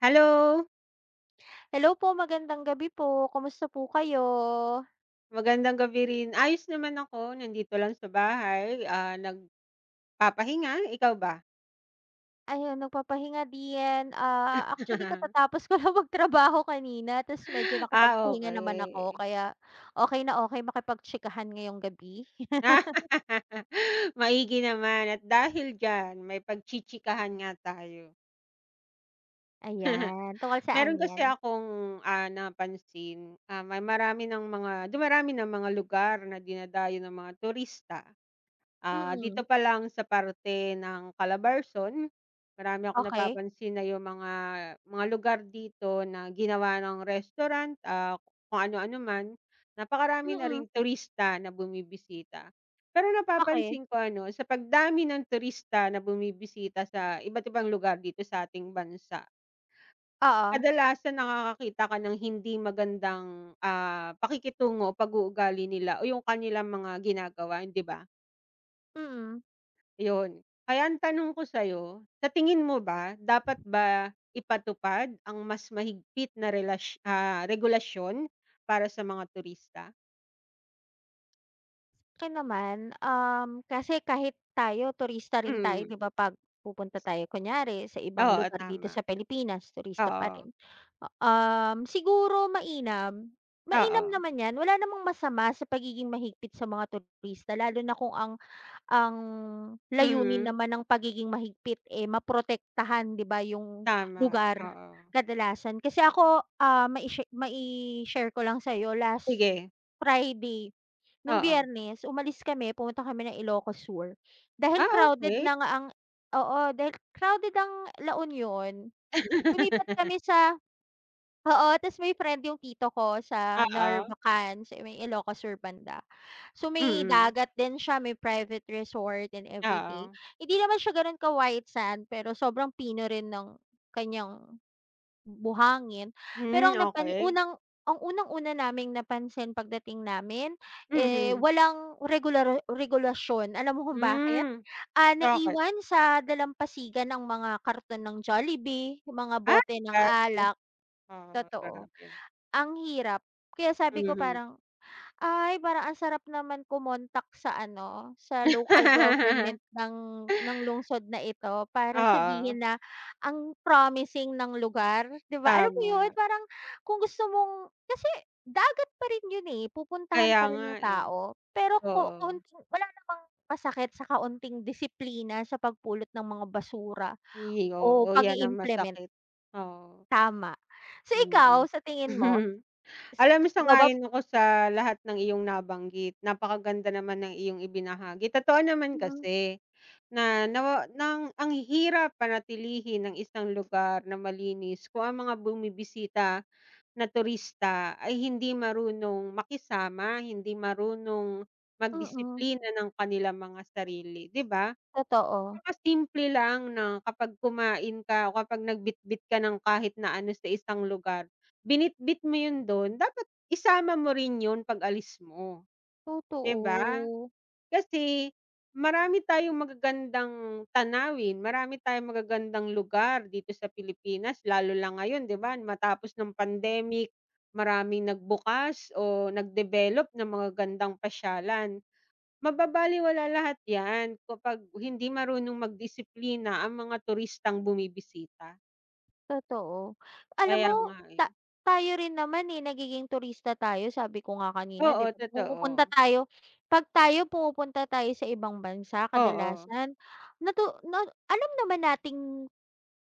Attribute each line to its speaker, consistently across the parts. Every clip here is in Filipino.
Speaker 1: Hello,
Speaker 2: Hello po, magandang gabi po. Kumusta po kayo?
Speaker 1: magandang gabi rin. Ayos naman ako, nandito lang sa bahay, nagpapahinga. Ikaw ba?
Speaker 2: Ayun, nagpapahinga din. Ah, actually katatapos ko lang magtrabaho kanina, tapos medyo
Speaker 1: Ah,
Speaker 2: nakapagpahinga naman ako
Speaker 1: okay.
Speaker 2: kaya okay na okay, makipagtsikahan ngayong gabi.
Speaker 1: Maigi naman at dahil diyan may pagchichikahan nga tayo.
Speaker 2: Ayan, tungkol saan
Speaker 1: Meron kasi
Speaker 2: 'yan?
Speaker 1: akong, napansin, may marami ng mga dumarami ng mga lugar na dinadayo ng mga turista. Ah, dito
Speaker 2: Mm,
Speaker 1: pa lang sa parte ng Calabarzon, marami akong
Speaker 2: okey.
Speaker 1: napapansin na yung mga lugar dito na ginawa ng restaurant, kung ano-ano man. Napakarami na
Speaker 2: Mm,
Speaker 1: ring turista na bumibisita. Pero
Speaker 2: okey.
Speaker 1: napapansin ko ano, sa pagdami ng turista na bumibisita sa iba't ibang lugar dito sa ating bansa,
Speaker 2: Oo,
Speaker 1: kadalasan nakakakita ka ng hindi magandang, pakikitungo pag-uugali nila o yung kanilang mga ginagawa, hindi ba?
Speaker 2: mm.
Speaker 1: Yun. Kaya ang tanong ko sa'yo, sa tingin mo ba dapat ba ipatupad ang mas mahigpit na regulasyon para sa mga turista?
Speaker 2: Sa'kin naman, kasi kahit tayo turista rin tayo,
Speaker 1: Mm.
Speaker 2: 'di ba, 'pag pupunta tayo kunyari sa ibang
Speaker 1: Oo,
Speaker 2: lugar dito
Speaker 1: tama.
Speaker 2: sa Pilipinas, turista pa
Speaker 1: Oo,
Speaker 2: rin. Siguro mainam, mainam
Speaker 1: oo.
Speaker 2: naman 'yan, wala namang masama sa pagiging mahigpit sa mga turista, lalo na kung ang layunin
Speaker 1: Mm,
Speaker 2: naman ng pagiging mahigpit, eh, maprotektahan, 'di ba, yung
Speaker 1: tama,
Speaker 2: lugar
Speaker 1: oo.
Speaker 2: kadalasan. Kasi ako, ah, mai-share ko lang sa'yo last
Speaker 1: Sige,
Speaker 2: Friday. Nung
Speaker 1: oo.
Speaker 2: Biyernes umalis kami, pumunta kami ng Ilocos Sur, dahil
Speaker 1: Ah,
Speaker 2: crowded
Speaker 1: okey.
Speaker 2: na nga ang, oo, dahil crowded ang La Union, lumipat kami sa, oo, ta's may friend yung tito ko sa
Speaker 1: Oo,
Speaker 2: Narvacan, sa may Ilocos Sur banda. So, may
Speaker 1: mm,
Speaker 2: dagat din siya, may private resort and everything.
Speaker 1: oo.
Speaker 2: Hindi naman siya gano'n ka-white sand, pero sobrang pino rin ng kanyang buhangin.
Speaker 1: Hmm,
Speaker 2: Pero ang napan
Speaker 1: okey.
Speaker 2: unang ang unang-una naming napansin pagdating namin, eh,
Speaker 1: Mhm.
Speaker 2: walang regulasyon. Alam mo kung bakit?
Speaker 1: Hmm,
Speaker 2: Ah,
Speaker 1: bakit?
Speaker 2: naiwan sa dalampasigan ng mga karton ng Jollibee, mga
Speaker 1: Ay,
Speaker 2: bote ng
Speaker 1: grabe.
Speaker 2: alak,
Speaker 1: Oo,
Speaker 2: totoo.
Speaker 1: grabe.
Speaker 2: Ang hirap. Kaya sabi ko,
Speaker 1: Mhm.
Speaker 2: parang, ay, parang ang sarap naman kumontak sa ano, sa local government ng lungsod na ito para
Speaker 1: Oo,
Speaker 2: sabihin na ang promising ng lugar, 'di ba? Alam mo 'yun,
Speaker 1: tama.
Speaker 2: parang kung gusto mong kasi dagat pa rin 'yun, eh, pupuntahan
Speaker 1: Kaya
Speaker 2: pa rin
Speaker 1: nga,
Speaker 2: ng
Speaker 1: eh.
Speaker 2: tao, pero ko
Speaker 1: Oo.
Speaker 2: kaunting wala namang masakit sa kaunting disiplina sa pagpulot ng mga basura
Speaker 1: Hi
Speaker 2: o
Speaker 1: oo, 'yan ang
Speaker 2: pag-i-implement,
Speaker 1: masakit. Oo,
Speaker 2: tama. So,
Speaker 1: mm.
Speaker 2: ikaw, sa tingin mo? s
Speaker 1: Alam mo
Speaker 2: Ikaw ba?
Speaker 1: sang-ayon ako sa lahat ng iyong nabanggit. Napakaganda naman ng iyong ibinahagi. Totoo naman
Speaker 2: Mm,
Speaker 1: kasi na nawa ng ang hirap panatilihin ng isang lugar na malinis kung ang mga bumibisita na turista ay hindi marunong makisama, hindi marunong
Speaker 2: mm,
Speaker 1: magdisiplina ng kanilang mga sarili, 'di ba?
Speaker 2: totoo.
Speaker 1: Napakasimple lang na kapag kumain ka o kapag nagbitbit ka ng kahit na ano sa isang lugar, binitbit mo 'yun do'n, dapat isama mo rin 'yun pag-alis mo, 'di ba?
Speaker 2: Totoo,
Speaker 1: Kasi marami tayong magagandang tanawin, marami tayong magagandang lugar dito sa Pilipinas lalo lang ngayon 'di ba, matapos ng pandemic, maraming nagbukas o nag-develop ng mga gandang pasyalan. Mababalewala lahat 'yan kapag hindi marunong magdisiplina ang mga turistang bumibisita.
Speaker 2: totoo. Alam
Speaker 1: Kaya
Speaker 2: mo,
Speaker 1: nga, eh.
Speaker 2: ta tayo rin naman, eh, nagiging turista tayo, sabi ko nga kanina,
Speaker 1: Oo,
Speaker 2: 'di ba?
Speaker 1: totoo.
Speaker 2: Pumupunta tayo 'pag tayo pumupunta tayo sa ibang bansa
Speaker 1: Oo.
Speaker 2: kadalasan natu na alam naman nating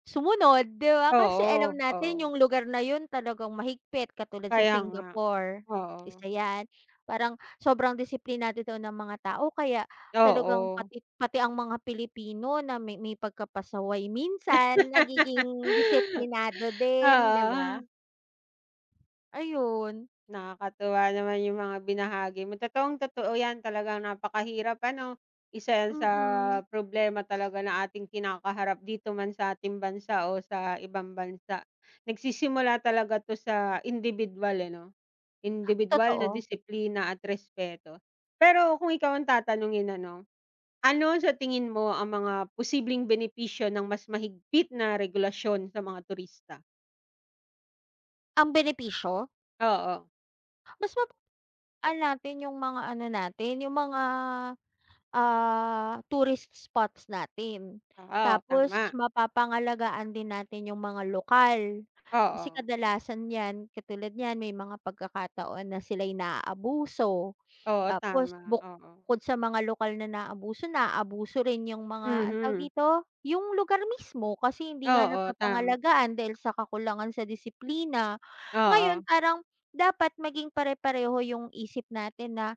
Speaker 2: sumunod, 'di ba? Kasi alam
Speaker 1: Oo, oo.
Speaker 2: natin yung lugar na yun talagang mahigpit, katulad sa
Speaker 1: Kaya nga.
Speaker 2: Singapore,
Speaker 1: Oo.
Speaker 2: isa yan. Parang sobrang disiplinado daw ng mga tao, kaya talagang
Speaker 1: Oo.
Speaker 2: pati pati ang mga Pilipino na may pagkapasaway minsan nagiging disiplinado din, 'di
Speaker 1: Oo,
Speaker 2: ba? Ayun,
Speaker 1: nakakatuwa naman yung mga binahagi mo. Totoong-totoo yan, talagang napakahirap ano, isa yan sa
Speaker 2: mm,
Speaker 1: problema talaga na ating kinakaharap dito man sa ating bansa o sa ibang bansa. Nagsisimula talaga 'to sa individual eh 'no, individual na
Speaker 2: totoo.
Speaker 1: disiplina at respeto. Pero kung ikaw ang tatanungin ano, ano sa tingin mo ang mga posibleng benepisyo ng mas mahigpit na regulasyon sa mga turista?
Speaker 2: Ang benepisyo,
Speaker 1: Oo,
Speaker 2: mas mapagaan natin yung mga ano natin, yung mga, ah, tourist spots natin.
Speaker 1: oo,
Speaker 2: Tapos,
Speaker 1: tama,
Speaker 2: mapapangalagaan din natin yung mga lokal. Kasi
Speaker 1: oo.
Speaker 2: kadalasan 'yan, katulad niyan, may mga pagkakataon na sila'y naaabuso.
Speaker 1: Oo,
Speaker 2: Tapos,
Speaker 1: tama, oo.
Speaker 2: bukod sa mga lokal na naabuso, naaabuso rin yung mga anong tawag
Speaker 1: Mhm.
Speaker 2: dito, yung lugar mismo, kasi hindi nga
Speaker 1: Oo, tama.
Speaker 2: napapangalagaan dahil sa kakulangan sa disiplina. Ngayon
Speaker 1: Oo,
Speaker 2: parang dapat maging pare-pareho yung isip natin na,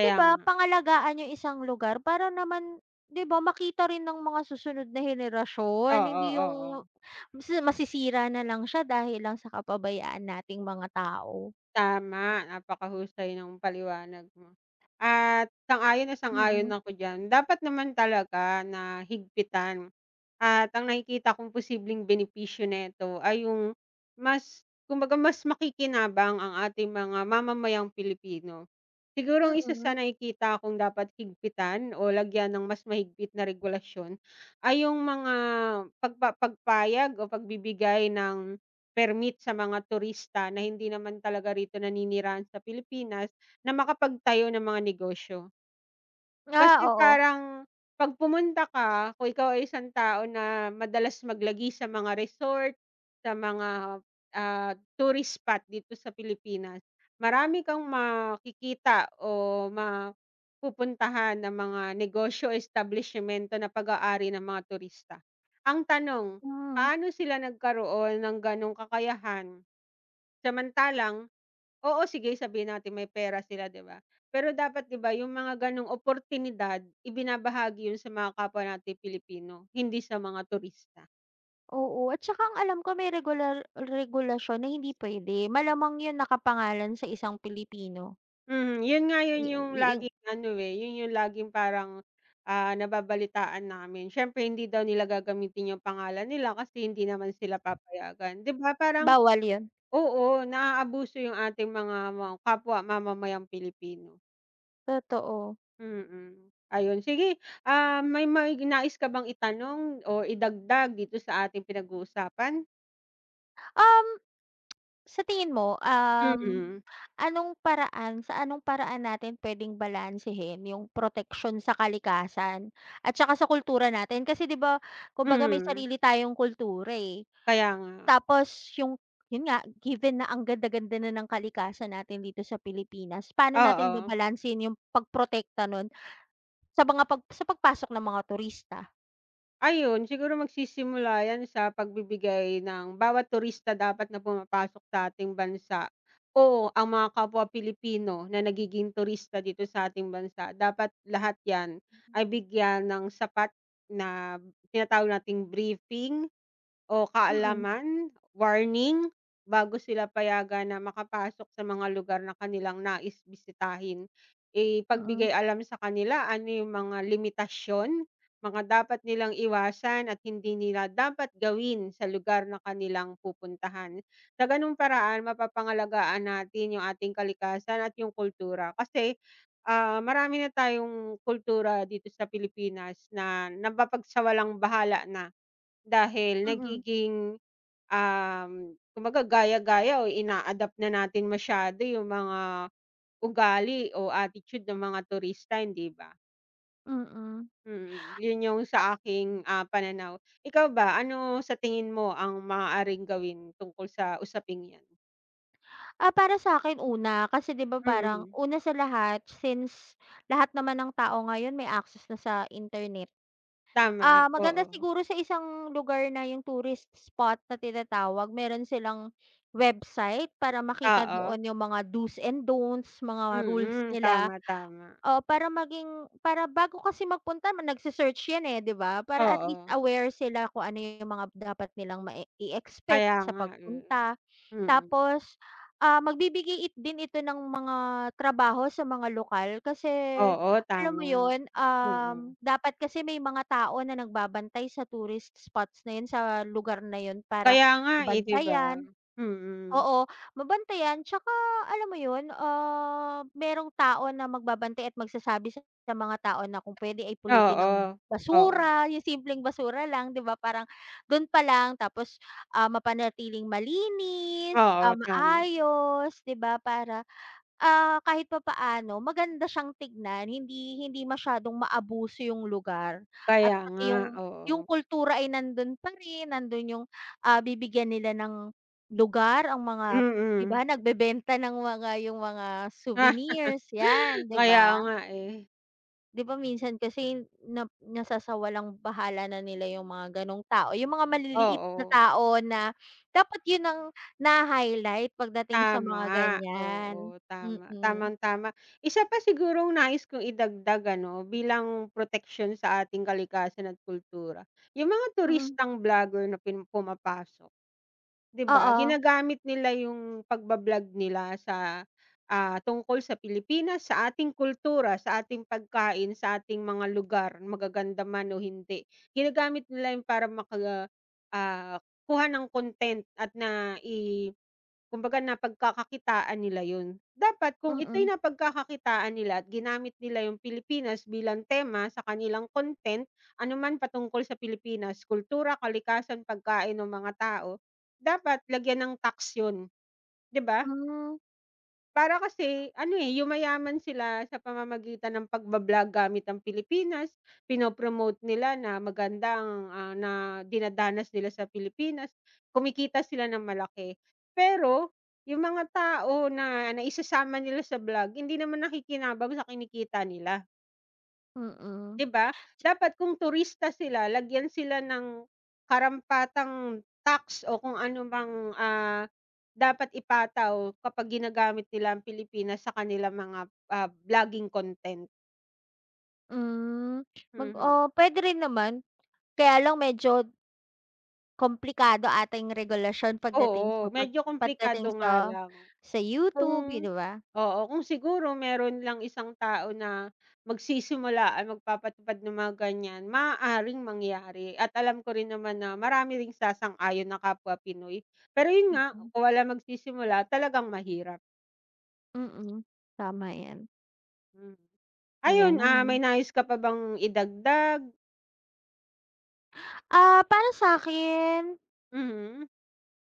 Speaker 2: 'di
Speaker 1: nga.
Speaker 2: ba, pangalagaan yung isang lugar para naman, 'di ba, makita rin ng mga susunod na henerasyon,
Speaker 1: Oo,
Speaker 2: hindi
Speaker 1: oo.
Speaker 2: yung masisira na lang siya dahil lang sa kapabayaan nating mga tao.
Speaker 1: Tama, napakahusay ng paliwanag mo. At sang-ayon na sang-ayon
Speaker 2: Mm,
Speaker 1: ako diyan. Dapat naman talaga na higpitan at ang nakikita kong posibleng benepisyo nito ay yung mas kumbaga mas makikinabang ang ating mga mamamayang Pilipino. Siguro ang isa sa
Speaker 2: mm.
Speaker 1: nakikita kong dapat higpitan o lagyan ng mas mahigpit na regulasyon ay yung mga pagpayag o pagbibigay ng permit sa mga turista na hindi naman talaga rito naninirahan sa Pilipinas na makapagtayo ng mga negosyo.
Speaker 2: Ah,
Speaker 1: Kasi
Speaker 2: oo.
Speaker 1: parang 'pag pumunta ka, kung ikaw ay isang tao na madalas maglagi sa mga resort, sa mga, ah, tourist spot dito sa Pilipinas, marami kang makikita o mapupuntahan na mga negosyo o establishmento na pag-aari ng mga turista. Ang tanong,
Speaker 2: Hmm,
Speaker 1: paano sila nagkaroon ng gano'ng kakayahan? Samantalang, oo, sige sabihin natin may pera sila 'di ba? Pero dapat 'di ba yung mga ganong oportunidad ibinabahagi yun sa mga kapwa nating Pilipino, hindi sa mga turista.
Speaker 2: Oo, at saka ang alam ko may regulasyon na hindi puwede, malamang yun nakapangalan sa isang Pilipino,
Speaker 1: Mhm, yun nga yun yung
Speaker 2: yu yung
Speaker 1: laging ano, eh, yun yung laging parang, nababalitaan namin. Siyempre hindi daw nila gagamitin yung pangalan nila kasi hindi naman sila papayagan. 'Di ba parang
Speaker 2: bawal yun,
Speaker 1: oo, naaabuso yung ating mga kapwa mamamayang Pilipino.
Speaker 2: totoo.
Speaker 1: Mm. Ayun sige, may nais ka bang itanong o idagdag dito sa ating pinag-uusapan?
Speaker 2: Um, sa tingin mo, um
Speaker 1: Mm,
Speaker 2: Anong paraan sa anong paraan natin puwedeng balansehin yung proteksyon sa kalikasan at saka sa kultura natin? Kasi, 'di ba, kumbaga may
Speaker 1: mm.
Speaker 2: sarili tayong kultura, eh.
Speaker 1: Kaya nga,
Speaker 2: Tapos yung yun nga, given na ang ganda-ganda na ng kalikasan natin dito sa Pilipinas, paano natin
Speaker 1: oo.
Speaker 2: babalansehin yung pagprotekta nun sa pagpasok ng mga turista?
Speaker 1: Ayun siguro magsisimula 'yan sa pagbibigay ng bawat turista dapat na pumapasok sa ating bansa o ang mga kapwa Pilipino na nagiging turista dito sa ating bansa, dapat lahat 'yan ay bigyan ng sapat na tinatawag nating briefing o
Speaker 2: Mm,
Speaker 1: kaalaman, warning, bago sila payagan na makapasok sa mga lugar na kanilang nais bisitahin. Ipagbigay
Speaker 2: mm,
Speaker 1: alam sa kanila ano yung mga limitasyon, mga dapat nilang iwasan at hindi nila dapat gawin sa lugar na kanilang pupuntahan. Sa ganung paraan, mapapangalagaan natin yung ating kalikasan at yung kultura. Kasi, marami na tayong kultura dito sa Pilipinas na napapagsawalang-bahala na. Dahil nagiging, um, kumbaga gaya-gaya o ina-adapt na natin masyado yung mga ugali o attitude ng mga turista, hindi ba?
Speaker 2: mm, mm.
Speaker 1: Mm, yun yung sa aking, pananaw. Ikaw ba, ano sa tingin mo ang maaaring gawin tungkol sa usaping 'yan?
Speaker 2: Ah, para sa'kin, una, kasi, 'di ba, parang
Speaker 1: Mm,
Speaker 2: una sa lahat, since lahat naman ng tao ngayon may access na sa internet.
Speaker 1: tama,
Speaker 2: Ah, maganda
Speaker 1: oo.
Speaker 2: siguro sa isang lugar na yung tourist spot na tinatawag, meron silang website para makita
Speaker 1: Oo,
Speaker 2: doon yung mga do's and don'ts, mga rules
Speaker 1: mm,
Speaker 2: nila.
Speaker 1: tama, tama.
Speaker 2: Oo, para bago kasi magpunta, nagse-search 'yan, eh, 'di ba? Para at least
Speaker 1: Oo,
Speaker 2: aware sila kung ano yung mga dapat nilang i-expect
Speaker 1: kaya
Speaker 2: sa
Speaker 1: nga, eh.
Speaker 2: pagpunta.
Speaker 1: Mm,
Speaker 2: Tapos, ah, magbibigay din ito ng mga trabaho sa mga lokal, kasi
Speaker 1: oo,
Speaker 2: alam mo
Speaker 1: tama.
Speaker 2: 'yun,
Speaker 1: Mm.
Speaker 2: dapat kasi may mga tao na nagbabantay sa tourist spots na 'yun, sa lugar na 'yun para
Speaker 1: Kaya nga, eh, 'di ba?
Speaker 2: mabantayan.
Speaker 1: Mm.
Speaker 2: Oo, mabantayan, tsaka alam mo yun, ah, merong tao na magbabantay at magsasabi sa mga tao na kung pwede ay pulutin ang
Speaker 1: Oo, oo,
Speaker 2: basura, yung simpleng basura lang, 'di ba, parang dun pa lang. Tapos, ah, mapanatiling malinis, ah,
Speaker 1: oo, tama.
Speaker 2: maayos, 'di ba, para ah, kahit papaano maganda siyang tignan, hindi hindi masyadong maabuso yung lugar at
Speaker 1: Kaya nga,
Speaker 2: pati yung
Speaker 1: oo.
Speaker 2: yung kultura ay nandun pa rin, nandun yung, ah, bibigyan nila ng lugar ang mga, 'di
Speaker 1: Mm.
Speaker 2: ba, nagbebenta ng mga, yung mga souvenirs 'yan, 'di
Speaker 1: Kaya
Speaker 2: ba?
Speaker 1: nga, eh.
Speaker 2: 'Di ba minsan kasi na nasasawalang-bahala na nila yung mga ganong tao, yung mga maliliit na
Speaker 1: Oo,
Speaker 2: tao na dapat yun ang na-highlight pagdating sa mga
Speaker 1: tama.
Speaker 2: ganyan,
Speaker 1: Oo, tama.
Speaker 2: mm,
Speaker 1: Tamang-tama. Isa pa sigurong nais kong idagdag ano, bilang proteksyon sa ating kalikasan at kultura, yung mga
Speaker 2: mm.
Speaker 1: turistang vlogger na pumapasok. 'Di ba,
Speaker 2: Oo,
Speaker 1: ginagamit nila yung pagba-vlog nila sa, tungkol sa Pilipinas, sa ating kultura, sa ating pagkain, sa ating mga lugar, magaganda man o hindi. Ginagamit nila yun para kuha ng content at na nai kumbaga napagkakakitaan nila yun. Dapat kung ito'y
Speaker 2: mm.
Speaker 1: napagkakakitaan nila at ginamit nila yung Pilipinas bilang tema sa kanilang content, anuman patungkol sa Pilipinas, kultura, kalikasan, pagkain ng mga tao, dapat lagyan ng tax 'yun, 'di ba?
Speaker 2: Hmm,
Speaker 1: Para kasi ano, eh, yumayaman sila sa pamamagitan ng pagba-vlog gamit ang Pilipinas, pino-promote nila na maganda ang, na dinadanas nila sa Pilipinas, kumikita sila ng malaki. Pero yung mga tao na naisasama nila sa vlog hindi naman nakikinabang sa kinikita nila.
Speaker 2: mm.
Speaker 1: 'Di ba? Dapat kung turista sila lagyan sila ng karampatang tax o kung ano mang, dapat ipataw kapag ginagamit nila ang Pilipinas sa kanilang mga, vlogging content.
Speaker 2: Hmm,
Speaker 1: Mhm.
Speaker 2: Puwede rin naman. Kaya lang medyo komplikado ata yung regulasyon pagdating sa
Speaker 1: Oo,
Speaker 2: pag
Speaker 1: medyo komplikado
Speaker 2: pagdating sa
Speaker 1: nga lang.
Speaker 2: sa
Speaker 1: Kung
Speaker 2: YouTube, eh, 'di ba?
Speaker 1: Oo, kung siguro meron lang isang tao na magsisimula at magpapatupad ng mga ganyan, maaaring mangyari at alam ko rin naman na marami ring sasang-ayon na kapwa Pinoy. Pero yun nga,
Speaker 2: Mm,
Speaker 1: kung walang magsisimula talagang mahirap,
Speaker 2: mm. Tama 'yan,
Speaker 1: mm. Ayun,
Speaker 2: ayan.
Speaker 1: may nais ka pa bang idagdag?
Speaker 2: Ah, para sa'kin,
Speaker 1: Mhm,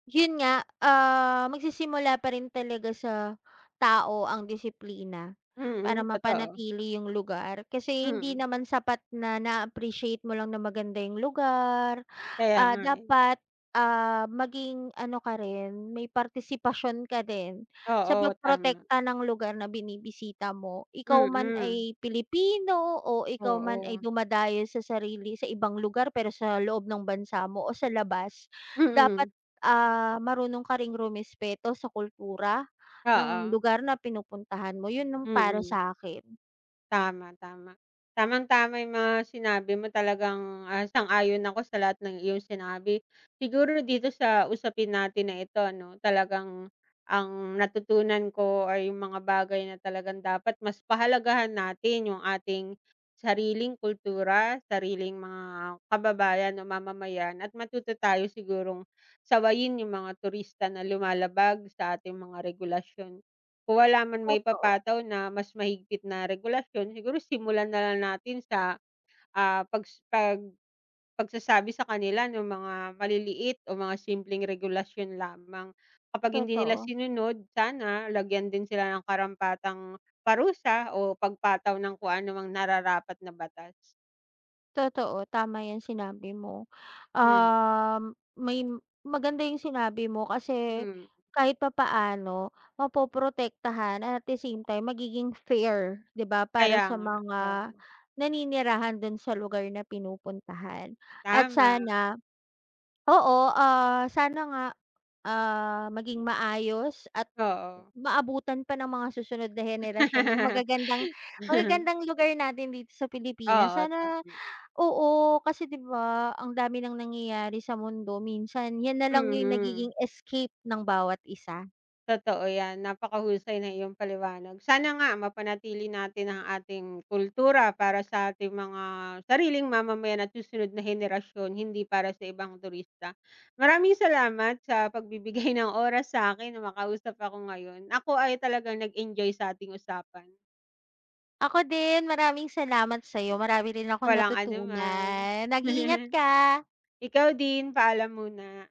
Speaker 2: yun nga, ah, magsisimula pa rin talaga sa tao ang disiplina para
Speaker 1: mm, totoo,
Speaker 2: mapanatili yung lugar. Kasi hindi
Speaker 1: mm.
Speaker 2: naman sapat na na-appreciate mo lang na maganda yung lugar,
Speaker 1: Kaya
Speaker 2: ah,
Speaker 1: nga eh,
Speaker 2: dapat, ah, maging ano ka rin, may partisipasyon ka din sa
Speaker 1: oo, tama,
Speaker 2: pagprotekta ng lugar na binibisita mo. Ikaw man
Speaker 1: mm,
Speaker 2: ay Pilipino o ikaw man
Speaker 1: oo,
Speaker 2: ay dumadayo sa sarili sa ibang lugar pero sa loob ng bansa mo o sa labas, dapat,
Speaker 1: mm,
Speaker 2: ah, marunong ka ring rumespeto sa kultura ng
Speaker 1: oo,
Speaker 2: lugar na pinupuntahan mo, yun ang para
Speaker 1: mm.
Speaker 2: sa'kin.
Speaker 1: Tama, tama. Tamang-tama yung mga sinabi mo talagang, sang-ayon ako sa lahat ng iyong sinabi. Siguro dito sa usapin natin na ito 'no, talagang ang natutunan ko ay yung mga bagay na talagang dapat mas pahalagahan natin yung ating sariling kultura, sariling mga kababayan o mamamayan at matuto tayo sigurong sawayin yung mga turista na lumalabag sa ating mga regulasyon. Kung wala man
Speaker 2: Totoo,
Speaker 1: maipapataw na mas mahigpit na regulasyon, siguro simulan na lang natin sa, ah, pags pag pagsasabi sa kanila ng mga maliliit o mga simpleng regulasyon lamang. Kapag hindi nila
Speaker 2: totoo,
Speaker 1: sinunod, sana lagyan din sila ng karampatang parusa o pagpataw ng kung ano anumang nararapat na batas.
Speaker 2: totoo, tama yan sinabi mo.
Speaker 1: Hmm,
Speaker 2: Um, May maganda yung sinabi mo kasi
Speaker 1: hmm,
Speaker 2: kahit papaano mapoprotektahan, at the same time magiging fair, 'di ba, para
Speaker 1: Kaya
Speaker 2: sa
Speaker 1: nga, oo.
Speaker 2: mga naninirahan dun sa lugar na pinupuntahan. At
Speaker 1: Tama,
Speaker 2: sana, oo, ah, sana nga, ah, maging maayos at
Speaker 1: oo.
Speaker 2: maabutan pa ng mga susunod na henerasyon yung magagandang magagandang lugar natin dito sa Pilipinas.
Speaker 1: Oo,
Speaker 2: Sana,
Speaker 1: tama,
Speaker 2: oo, kasi, 'di ba, ang dami ng nangyayari sa mundo, minsan yan na lang yung
Speaker 1: mm.
Speaker 2: nagiging escape ng bawat isa.
Speaker 1: Totoo 'yan, napakahusay ng iyong paliwanag. Sana nga mapanatili natin ang ating kultura para sa ating mga sariling mamamayan at susunod na henerasyon, hindi para sa ibang turista. Maraming salamat sa pagbibigay ng oras sa akin, na makausap ako ngayon. Ako ay talagang nag-enjoy sa ating usapan.
Speaker 2: Ako din, maraming salamat sa'yo, marami rin akong
Speaker 1: Walang anuman.
Speaker 2: natutunan. Mag-iingat ka.
Speaker 1: Ikaw din, paalam muna.